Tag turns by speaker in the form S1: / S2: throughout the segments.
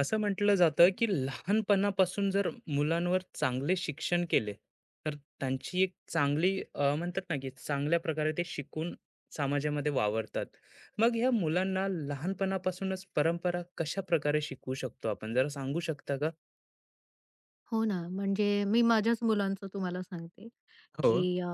S1: असं म्हटलं जातं की लहानपणापासून जर मुलांवर चांगले शिक्षण केले तर त्यांची एक चांगली म्हणतात ना की चांगल्या प्रकारे ते शिकून समाजामध्ये वावरतात. मग ह्या मुलांना लहानपणापासूनच परंपरा कशा प्रकारे शिकवू शकतो आपण जरा सांगू शकता का?
S2: हो ना, म्हणजे मी माझ्याच मुलांचं तुम्हाला सांगते,
S1: हो.
S2: की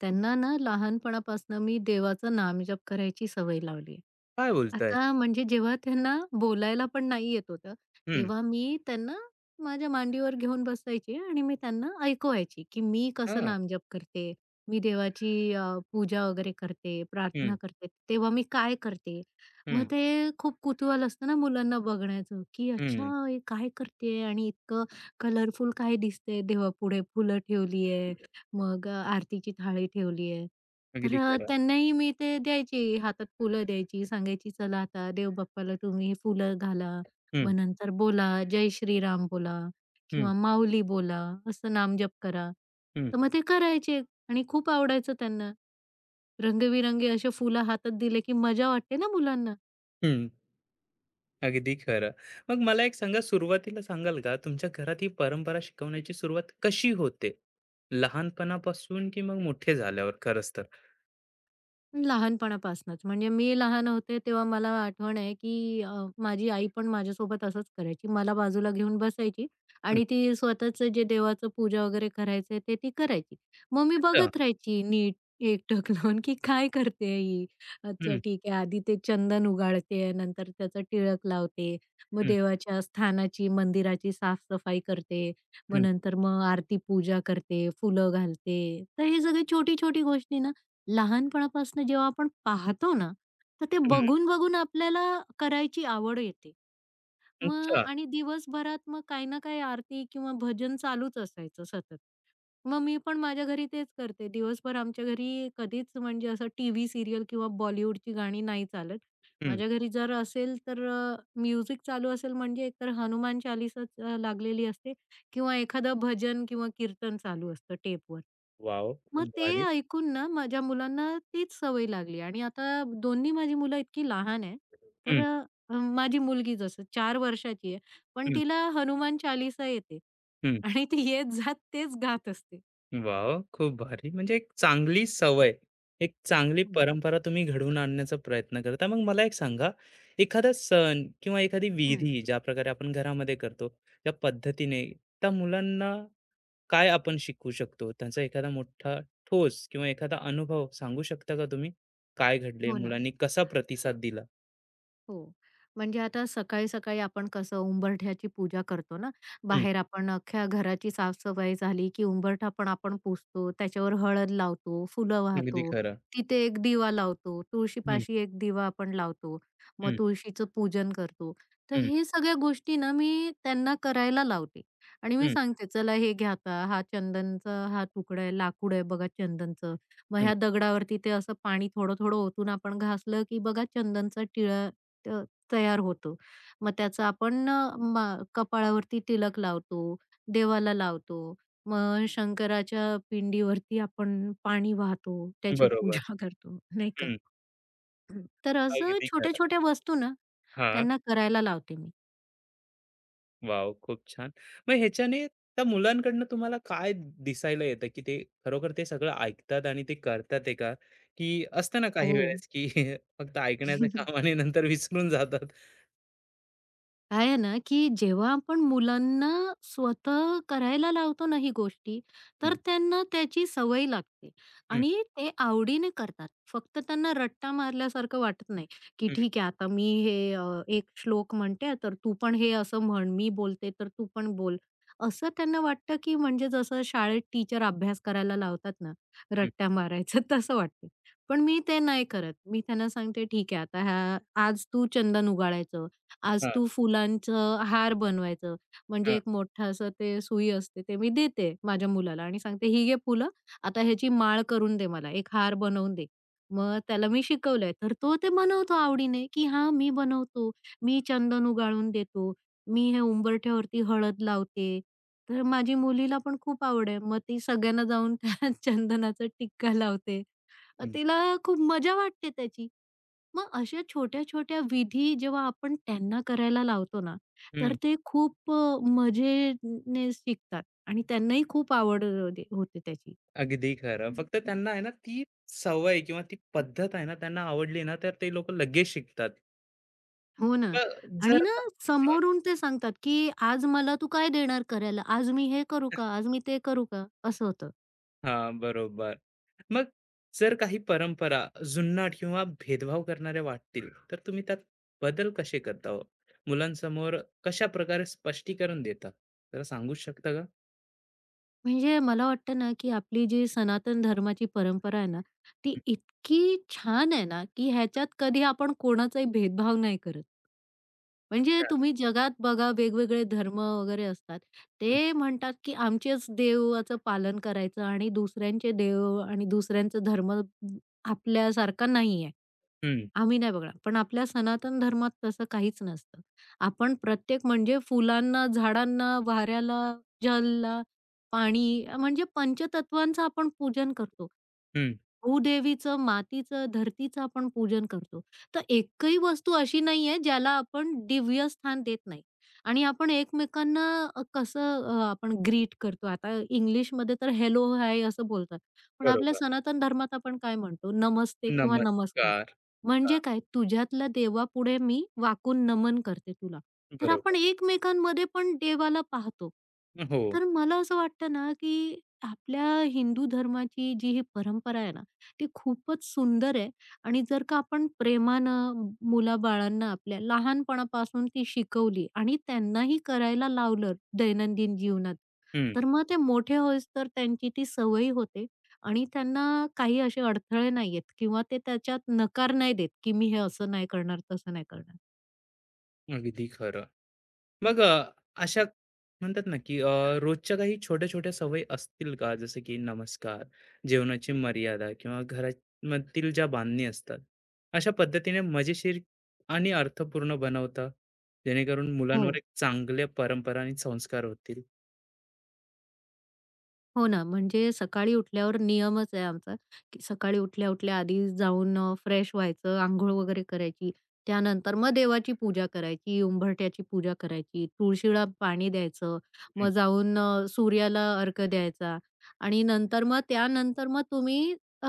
S2: त्यांना ना लहानपणापासून मी देवाचं नामजप करायची सवय लावली आहे.
S1: काय बोलताय.
S2: आता म्हणजे जेव्हा त्यांना बोलायला पण नाही येत होतं,
S1: हम्म.
S2: तेव्हा मी त्यांना माझ्या मांडीवर घेऊन बसायची आणि मी त्यांना ऐकवायची, की मी कसं
S1: हा.
S2: नामजप करते, मी देवाची पूजा वगैरे करते, प्रार्थना
S1: हम्म.
S2: करते, तेव्हा मी काय करते. मग
S1: हम्म.
S2: ते खूप कुतूहल असतं ना मुलांना बघण्याचं, की अच्छा
S1: हम्म.
S2: हे काय करतेय आणि इतकं कलरफुल काय दिसतंय देवापुढे फुलं ठेवली आहे, मग आरतीची थाळी ठेवली आहे. तर
S1: अगदी खरं.
S2: त्यांनाही मी ते द्यायची, हातात फुलं द्यायची, सांगायची, "चला आता देवबाप्पाला तुम्ही हे फुलं घाला, मग
S1: हम्म.
S2: नंतर बोला, जय श्रीराम बोला
S1: हम्म.
S2: किंवा माऊली बोला, असं नामजप करा."
S1: हम्म.
S2: तर मग ते करायचे आणि खूप आवडायचं त्यांना. रंगीबेरंगी असे फुलं हातात दिले की मजा वाटते ना मुलांना.
S1: हम्म. अगदी खरं. मग मला एक सांगा, सुरुवातीला सांगाल का तुमच्या घरात ही परंपरा शिकवण्याची सुरुवात कशी होते? लहानपणापासून की मग मोठे झाल्यावर खरंच तर?
S2: लहानपणापासूनच. म्हणजे मी लहान होते तेव्हा मला आठवण आहे, की माझी आई पण माझ्यासोबत असंच करायची. मला बाजूला घेऊन बसायची
S1: हं.
S2: आणि ती स्वतःचं जे देवाचं पूजा वगैरे करायचंय ते ती करायची. मग मी
S1: अच्छा.
S2: बघत राहायची नीट एकटक लावून, की काय करते ही? अच्छा
S1: हं,
S2: ठीक आहे. आधी ते चंदन उगाळते, नंतर त्याचा टिळक लावते, मग
S1: हं,
S2: देवाच्या स्थानाची, मंदिराची साफ करते, मग
S1: हं,
S2: नंतर मग आरती पूजा करते, फुलं घालते. तर हे सगळे छोटी-छोटी गोष्टी ना लहानपणापासून जेव्हा आपण पाहतो ना, तर ते
S1: हं.
S2: बघून-बघून आपल्याला करायची आवड येते. मग
S1: अच्छा.
S2: आणि दिवसभरात मग काही ना काही आरती किंवा भजन चालूच असायचं सतत. मग मी पण माझ्या घरी तेच करते. दिवसभर आमच्या घरी कधीच म्हणजे असं टीव्ही सीरियल किंवा बॉलिवूडची गाणी नाही चालत.
S1: हं.
S2: माझ्या घरी जर असेल तर म्युझिक चालू असेल म्हणजे एकतर हनुमान चालीसाच लागलेली असते किंवा एखादं भजन किंवा कीर्तन चालू असतं टेपवर.
S1: वॉव!
S2: मग
S1: खूप
S2: ते
S1: भारी.
S2: ऐकून ना माझ्या मुलांना तीच सवय लागली आणि आता दोन्ही माझी मुलं इतकी लहान आहे, तर
S1: हं,
S2: माझी मुलगी जसं 4 वर्षाची आहे, पण
S1: हं,
S2: तिला हनुमान चालीसा येते
S1: हं.
S2: आणि ती येत जात तेच गात असते.
S1: वॉव! खूप भारी. म्हणजे एक चांगली सवय, एक चांगली
S2: हं,
S1: परंपरा तुम्ही घडवून आणण्याचा प्रयत्न करता. मग मला एक सांगा, एखादा सण किंवा एखादी
S2: हं.
S1: विधी ज्या प्रकारे आपण घरामध्ये करतो, त्या पद्धतीने त्या मुलांना काय आपण शिकू शकतो? त्यांचा एखादा मोठा ठोस किंवा एखादा अनुभव सांगू शकता का तुम्ही? काय घडले?
S2: हो ना.
S1: मुलांनी कसा प्रतिसाद दिला?
S2: हो. म्हणजे आता सकाळी-सकाळी आपण कसं उंबरठ्याची पूजा करतो ना,
S1: हं,
S2: बाहेर आपण अख्ख्या घराची साफ-सफाई झाली, की उंबरठा पण आपण पुसतो, त्याच्यावर हळद लावतो, फुलं
S1: अगदी
S2: वाहतो,
S1: खरं.
S2: तिथे एक दिवा लावतो,
S1: हं,
S2: तुळशीपाशी एक दिवा आपण लावतो, मग
S1: हं,
S2: तुळशीचं पूजन करतो. तर
S1: हं,
S2: हे सगळ्या गोष्टी ना मी त्यांना करायला लावते आणि मी
S1: हं,
S2: सांगते, "चला हे घ्या आता, हा चंदनचा हा तुकडा आहे, लाकूड आहे बघा चंदनचं." मग
S1: हं.
S2: ह्या दगडावरती ते असं पाणी थोडं-थोडं ओतून आपण घासलं, की बघा चंदनचा टिळा त तयार होतो. मग त्याचा आपण अ, मा कपाळावरती तिलक लावतो, देवाला लावतो. मग शंकराच्या पिंडीवरती आपण पाणी वाहतो, त्याची पूजा
S1: बरोबर.
S2: करतो, नाही का?
S1: हं,
S2: तर असं
S1: अगदी खरं.
S2: छोट्या-छोट्या वस्तू ना,
S1: हां.
S2: त्यांना करायला लावते मी.
S1: वॉव! खूप छान. मग ह्याच्याने त्या मुलांकडनं तुम्हाला काय दिसायला येतं, की ते खरोखर ते सगळं ऐकतात आणि ते करतात आहे का? की असतं ना काही
S2: हो.
S1: वेळेस, की फक्त ऐकण्याचं काम आणि नंतर विसरून जातात?
S2: काय आहे ना, की जेव्हा आपण मुलांना स्वतः करायला लावतो ना ही गोष्टी, तर
S1: हं,
S2: त्यांना त्याची सवय लागते
S1: हं,
S2: आणि ते आवडीने करतात. फक्त त्यांना रट्टा मारल्यासारखं वाटत नाही, की
S1: हं,
S2: ठीक आहे आता मी हे एक श्लोक म्हणते तर तू पण हे असं म्हण, मी बोलते तर तू पण बोल. असं त्यांना वाटतं, की म्हणजे जसं शाळेत टीचर अभ्यास करायला लावतात ना,
S1: हं.
S2: रट्ट्या मारायचं तसं वाटतं. पण मी ते नाही करत. मी त्यांना सांगते, "ठीक आहे आता आज तू चंदन उगाळायचं, आज
S1: हां,
S2: तू फुलांचं हार बनवायचं. म्हणजे
S1: हां.
S2: एक मोठं असं ते सुई असते ते मी देते माझ्या मुलाला आणि सांगते, "ही घे फुलं, आता ह्याची माळ करून दे मला, एक हार बनवून दे." मग त्याला मी शिकवलंय, तर तो ते बनवतो आवडीने, की "हां, मी बनवतो, मी चंदन उगाळून देतो, मी हे उंबरठ्यावरती हळद लावते." तर माझी मुलीला पण खूप आवड आहे. मग ती सगळ्यांना जाऊन त्या चंदनाचा टिक्का लावते.
S1: हं,
S2: तिला खूप मजा वाटते त्याची. मग अशा छोट्या-छोट्या विधी जेव्हा आपण त्यांना करायला लावतो ना, तर
S1: हं.
S2: ते खूप मजेने शिकतात आणि त्यांनाही खूप आवड होते त्याची.
S1: अगदी खरं. फक्त त्यांना आहे ना, ती सवय किंवा ती पद्धत आहे ना, त्यांना आवडली ना, तर ते लोकं लगेच शिकतात.
S2: हो ना.
S1: मग
S2: आणि
S1: जर
S2: ना
S1: का हां,
S2: समोरून ते सांगतात, की "आज मला तू काय देणार करायला? आज मी हे करू का? आज मी ते करू का?" असं होतं.
S1: बरोबर. मग जर काही परंपरा जुनाट किंवा भेदभाव करणाऱ्या वाटतील, तर तुम्ही त्यात बदल कसे करता हो? मुलांसमोर कशाप्रकारे स्पष्टीकरण देता? जरा सांगू शकता का?
S2: म्हणजे मला वाटतं ना, की आपली जी सनातन धर्माची परंपरा आहे ना, ती इतकी छान आहे ना, की ह्याच्यात कधी आपण कोणाचाही भेदभाव नाही करत. म्हणजे
S1: अच्छा.
S2: तुम्ही जगात बघा वेगवेगळे धर्म वगैरे असतात.
S1: हं,
S2: ते म्हणतात, की आमचेच देवाचं पालन करायचं आणि दुसऱ्यांचे देव आणि दुसऱ्यांचा धर्म आपल्यासारखा नाहीये.
S1: हं,
S2: आम्ही नाही बघणार. पण आपल्या सनातन धर्मात तसं काहीच नसतं. आपण प्रत्येक म्हणजे फुलांना, झाडांना, वाऱ्याला, जलला, पाणी म्हणजे पंचतत्वांचं आपण पूजन करतो.
S1: हं.
S2: भूदेवीचं, मातीचं, धरतीचं आपण पूजन करतो. तर एकही वस्तू अशी नाहीये ज्याला आपण दिव्य स्थान देत नाही. आणि आपण एकमेकांना कसं आपण ग्रीट करतो. आता इंग्लिशमध्ये तर हेलो, हाय असं बोलतात. पण आपल्या
S1: बरोबर.
S2: सनातन धर्मात आपण काय म्हणतो? नमस्ते किंवा नमस्कार.
S1: नमस्कार. हां,
S2: म्हणजे काय, तुझ्यातल्या देवापुढे मी वाकून नमन करते तुला. तर आपण
S1: बरोबर.
S2: एकमेकांमध्ये पण देवाला पाहतो.
S1: हो.
S2: तर मला असं वाटतं ना, की आपल्या हिंदू धर्माची जी ही परंपरा आहे ना, ती खूपच सुंदर आहे आणि जर का आपण प्रेमानं मुलाबाळांना आपल्या लहानपणापासून ती शिकवली आणि त्यांनाही करायला लावलं दैनंदिन जीवनात,
S1: हं,
S2: तर मग ते मोठे होईस तर त्यांची ती सवय होते आणि त्यांना काही असे अडथळे नाहीयेत किंवा ते त्याच्यात नकार नाही देत, की मी हे असं नाही करणार, तसं नाही करणार.
S1: अगदी खरं. मग अशा म्हणतात ना, की रोजच्या काही छोट्या-छोट्या सवयी असतील का? जसं की नमस्कार, जेवणाची मर्यादा किंवा घरामधील ज्या बांधणी असतात, अशा पद्धतीने मजेशीर आणि अर्थपूर्ण बनवता, जेणेकरून मुलांवर
S2: हो.
S1: एक चांगल्या परंपरा आणि संस्कार होतील?
S2: हो ना, म्हणजे सकाळी उठल्यावर नियमच आहे आमचा, की सकाळी उठल्या-उठल्या आधी जाऊन फ्रेश व्हायचं, अंघोळ वगैरे करायची. त्यानंतर मग देवाची पूजा करायची, उंबरठ्याची पूजा करायची, तुळशीला पाणी द्यायचं, मग
S1: हं.
S2: जाऊन सूर्याला अर्घ्य द्यायचा आणि नंतर मग त्यानंतर मग तुम्ही अ,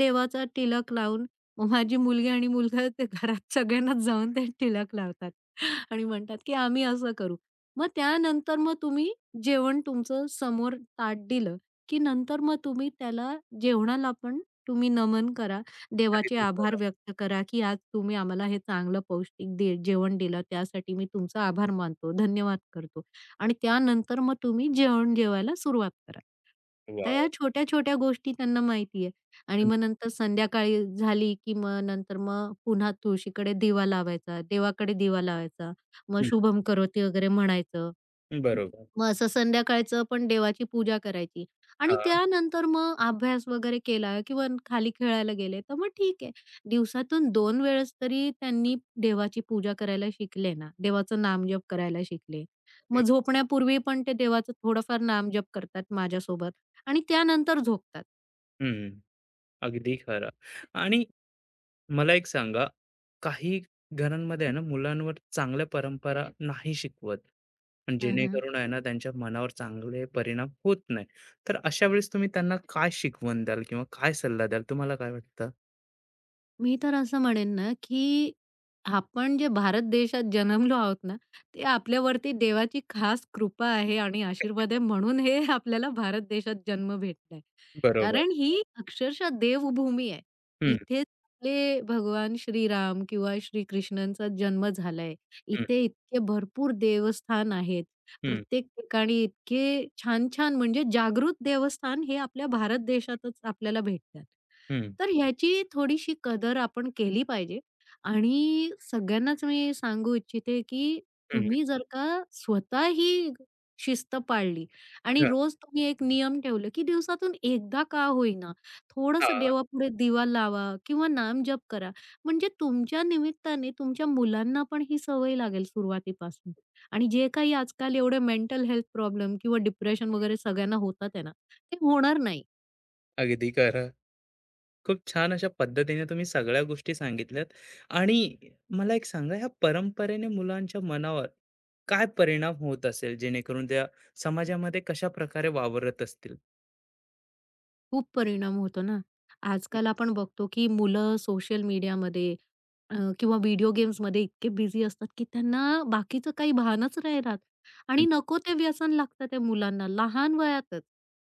S2: देवाचा टिलक लावून मग माझी मुलगी आणि मुलगा ते घरात सगळ्यांनाच जाऊन ते टिलक लावतात आणि म्हणतात, की आम्ही असं करू. मग त्यानंतर मग तुम्ही जेवण तुमचं समोर ताट दिलं, की नंतर मग तुम्ही त्याला जेवणाला पण तुम्ही नमन करा. देवाचे
S1: अगदी
S2: आभार
S1: खरं.
S2: व्यक्त करा, की आज तुम्ही आम्हाला हे चांगलं पौष्टिक दे जेवण दिलं त्यासाठी मी तुमचा आभार मानतो, धन्यवाद करतो. आणि त्यानंतर मग तुम्ही जेवण जेवायला सुरुवात करा. तर
S1: वॉव!
S2: या छोट्या-छोट्या गोष्टी त्यांना माहिती आहे. आणि
S1: हं,
S2: मग नंतर संध्याकाळी झाली, की मग नंतर मग पुन्हा तुळशीकडे दिवा लावायचा, देवाकडे दिवा लावायचा. मग
S1: हं.
S2: शुभम करोती वगैरे म्हणायचं.
S1: बरोबर.
S2: मग असं संध्याकाळचं पण देवाची पूजा करायची आणि
S1: हां.
S2: त्यानंतर मग अभ्यास वगैरे केला किंवा खाली खेळायला गेले, तर मग ठीक आहे. दिवसातून 2 वेळेस तरी त्यांनी देवाची पूजा करायला शिकले ना, देवाचं नामजप करायला शिकले. मग
S1: हं.
S2: झोपण्यापूर्वी पण ते देवाचं थोडंफार नामजप करतात माझ्यासोबत आणि त्यानंतर झोपतात.
S1: अगदी खरं. आणि मला एक सांगा, काही घरांमध्ये आहे ना मुलांवर चांगल्या परंपरा नाही शिकवत, पण
S2: हं, हं.
S1: जेणेकरून आहे ना त्यांच्या मनावर चांगले परिणाम होत नाही, तर अशा वेळेस तुम्ही त्यांना काय शिकवण द्याल किंवा काय सल्ला द्याल? तुम्हाला काय वाटतं?
S2: मी तर असं म्हणेन ना, की आपण जे भारत देशात जन्मलो आहोत ना, ते आपल्यावरती देवाची खास कृपा आहे आणि आशीर्वाद आहे म्हणून हे आपल्याला भारत देशात जन्म भेटलाय.
S1: बरोबर.
S2: कारण ही अक्षरशः देवभूमी आहे.
S1: हम्म.
S2: इथेच आपले भगवान श्रीराम किंवा श्रीकृष्णांचा जन्म झालाय.
S1: हम्म.
S2: इथे इतके भरपूर देवस्थान आहेत.
S1: हम्म.
S2: प्रत्येक ठिकाणी इतके छान-छान म्हणजे जागृत देवस्थान हे आपल्या भारत देशातच आपल्याला भेटतात.
S1: हम्म.
S2: तर ह्याची थोडीशी कदर आपण केली पाहिजे आणि सगळ्यांनाच मी सांगू इच्छिते, की
S1: हम्म,
S2: तुम्ही जर का स्वतः ही शिस्त पाळली आणि
S1: हा.
S2: रोज तुम्ही एक नियम ठेवले, की दिवसातून एकदा का होईना, थोड़स
S1: हा,
S2: देवापुढे दिवा लावा किंवा नामजप करा. म्हणजे तुमच्या निमित्ताने तुमच्या मुलांना पण ही सवय लागेल सुरुवातीपासून. आणि जे काही आजकाल एवढे मेंटल हेल्थ प्रॉब्लेम किंवा डिप्रेशन वगैरे सगळ्यांना होतात आहे ना, ते होणार नाही.
S1: अगदी खरं. खूप छान अशा पद्धतीने तुम्ही सगळ्या गोष्टी सांगितल्यात. आणि मला एक सांगा, ह्या परंपरेने मुलांच्या मनावर काय परिणाम होत असेल, जेणेकरून त्या समाजामध्ये कशा प्रकारे वावरत असतील?
S2: खूप परिणाम होतो ना. आजकाल आपण बघतो, की मुलं सोशल मीडियामध्ये किंवा व्हिडिओ गेम्समध्ये इतके बिझी असतात, की त्यांना बाकीचं काही भानच नाही राहत आणि
S1: हं,
S2: नको ते व्यसन लागतं त्या मुलांना लहान वयातच.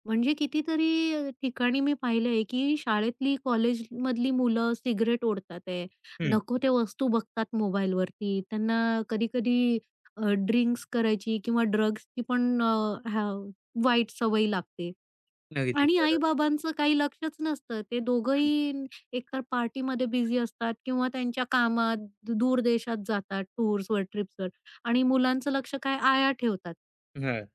S2: म्हणजे कितीतरी ठिकाणी मी पाहिलंय, की शाळेतली, कॉलेजमधली मुलं सिगारेट ओढतात आहे.
S1: हं.
S2: नको त्या वस्तू बघतात मोबाईलवरती. त्यांना कधी-कधी ड्रिंक्स करायची किंवा ड्रग्सची पण हां, वाईट सवय लागते.
S1: अगदी
S2: आणि
S1: खरं.
S2: आई-बाबांचं काही लक्षच नसतं. ते
S1: हं,
S2: दोघंही एकतर पार्टीमध्ये बिझी असतात किंवा त्यांच्या कामात दूर देशात जातात टूर्सवर, ट्रिप्सवर आणि मुलांचं लक्ष काय आया ठेवतात.
S1: हं, हं.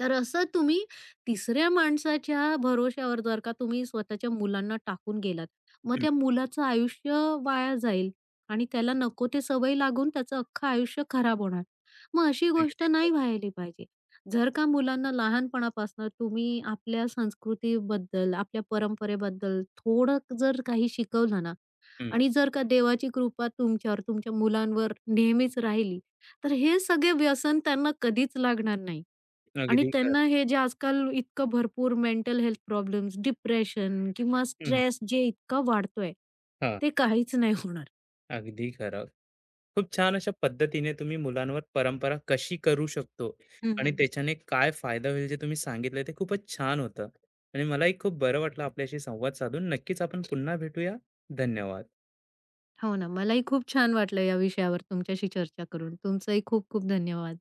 S2: तर असं तुम्ही तिसऱ्या माणसाच्या भरोश्यावर जर का तुम्ही स्वतःच्या मुलांना टाकून गेलात, मग त्या मुलाचं आयुष्य वाया जाईल आणि त्याला नको ते सवय लागून त्याचं अख्खं आयुष्य खराब होणार. मग अशी गोष्ट नाही व्हायला पाहिजे. जर का मुलांना लहानपणापासून तुम्ही आपल्या संस्कृतीबद्दल, आपल्या परंपरेबद्दल थोडं जर काही शिकवलं ना
S1: हं,
S2: आणि जर का देवाची कृपा तुमच्यावर, तुमच्या मुलांवर नेहमीच राहिली, तर हे सगळे व्यसन त्यांना कधीच लागणार नाही. आणि
S1: अगदी
S2: त्यांना
S1: खरं.
S2: हे जे आजकाल इतकं भरपूर मेंटल हेल्थ प्रॉब्लेम्स, डिप्रेशन किंवा
S1: हं,
S2: स्ट्रेस जे इतका वाढतोय,
S1: हां.
S2: ते काहीच नाही होणार.
S1: अगदी खरं. खूप छान अशा पद्धतीने तुम्ही मुलांवर परंपरा कशी करू शकतो
S2: हं,
S1: आणि
S2: हं.
S1: त्याच्याने काय फायदा होईल जे तुम्ही सांगितलं ते खूपच छान होतं. आणि मलाही खूप बरं वाटलं आपल्याशी संवाद साधून. नक्कीच आपण पुन्हा भेटूया. धन्यवाद.
S2: हो ना. मलाही खूप छान वाटलं या विषयावर तुमच्याशी चर्चा करून. तुमचंही खूप खूप धन्यवाद.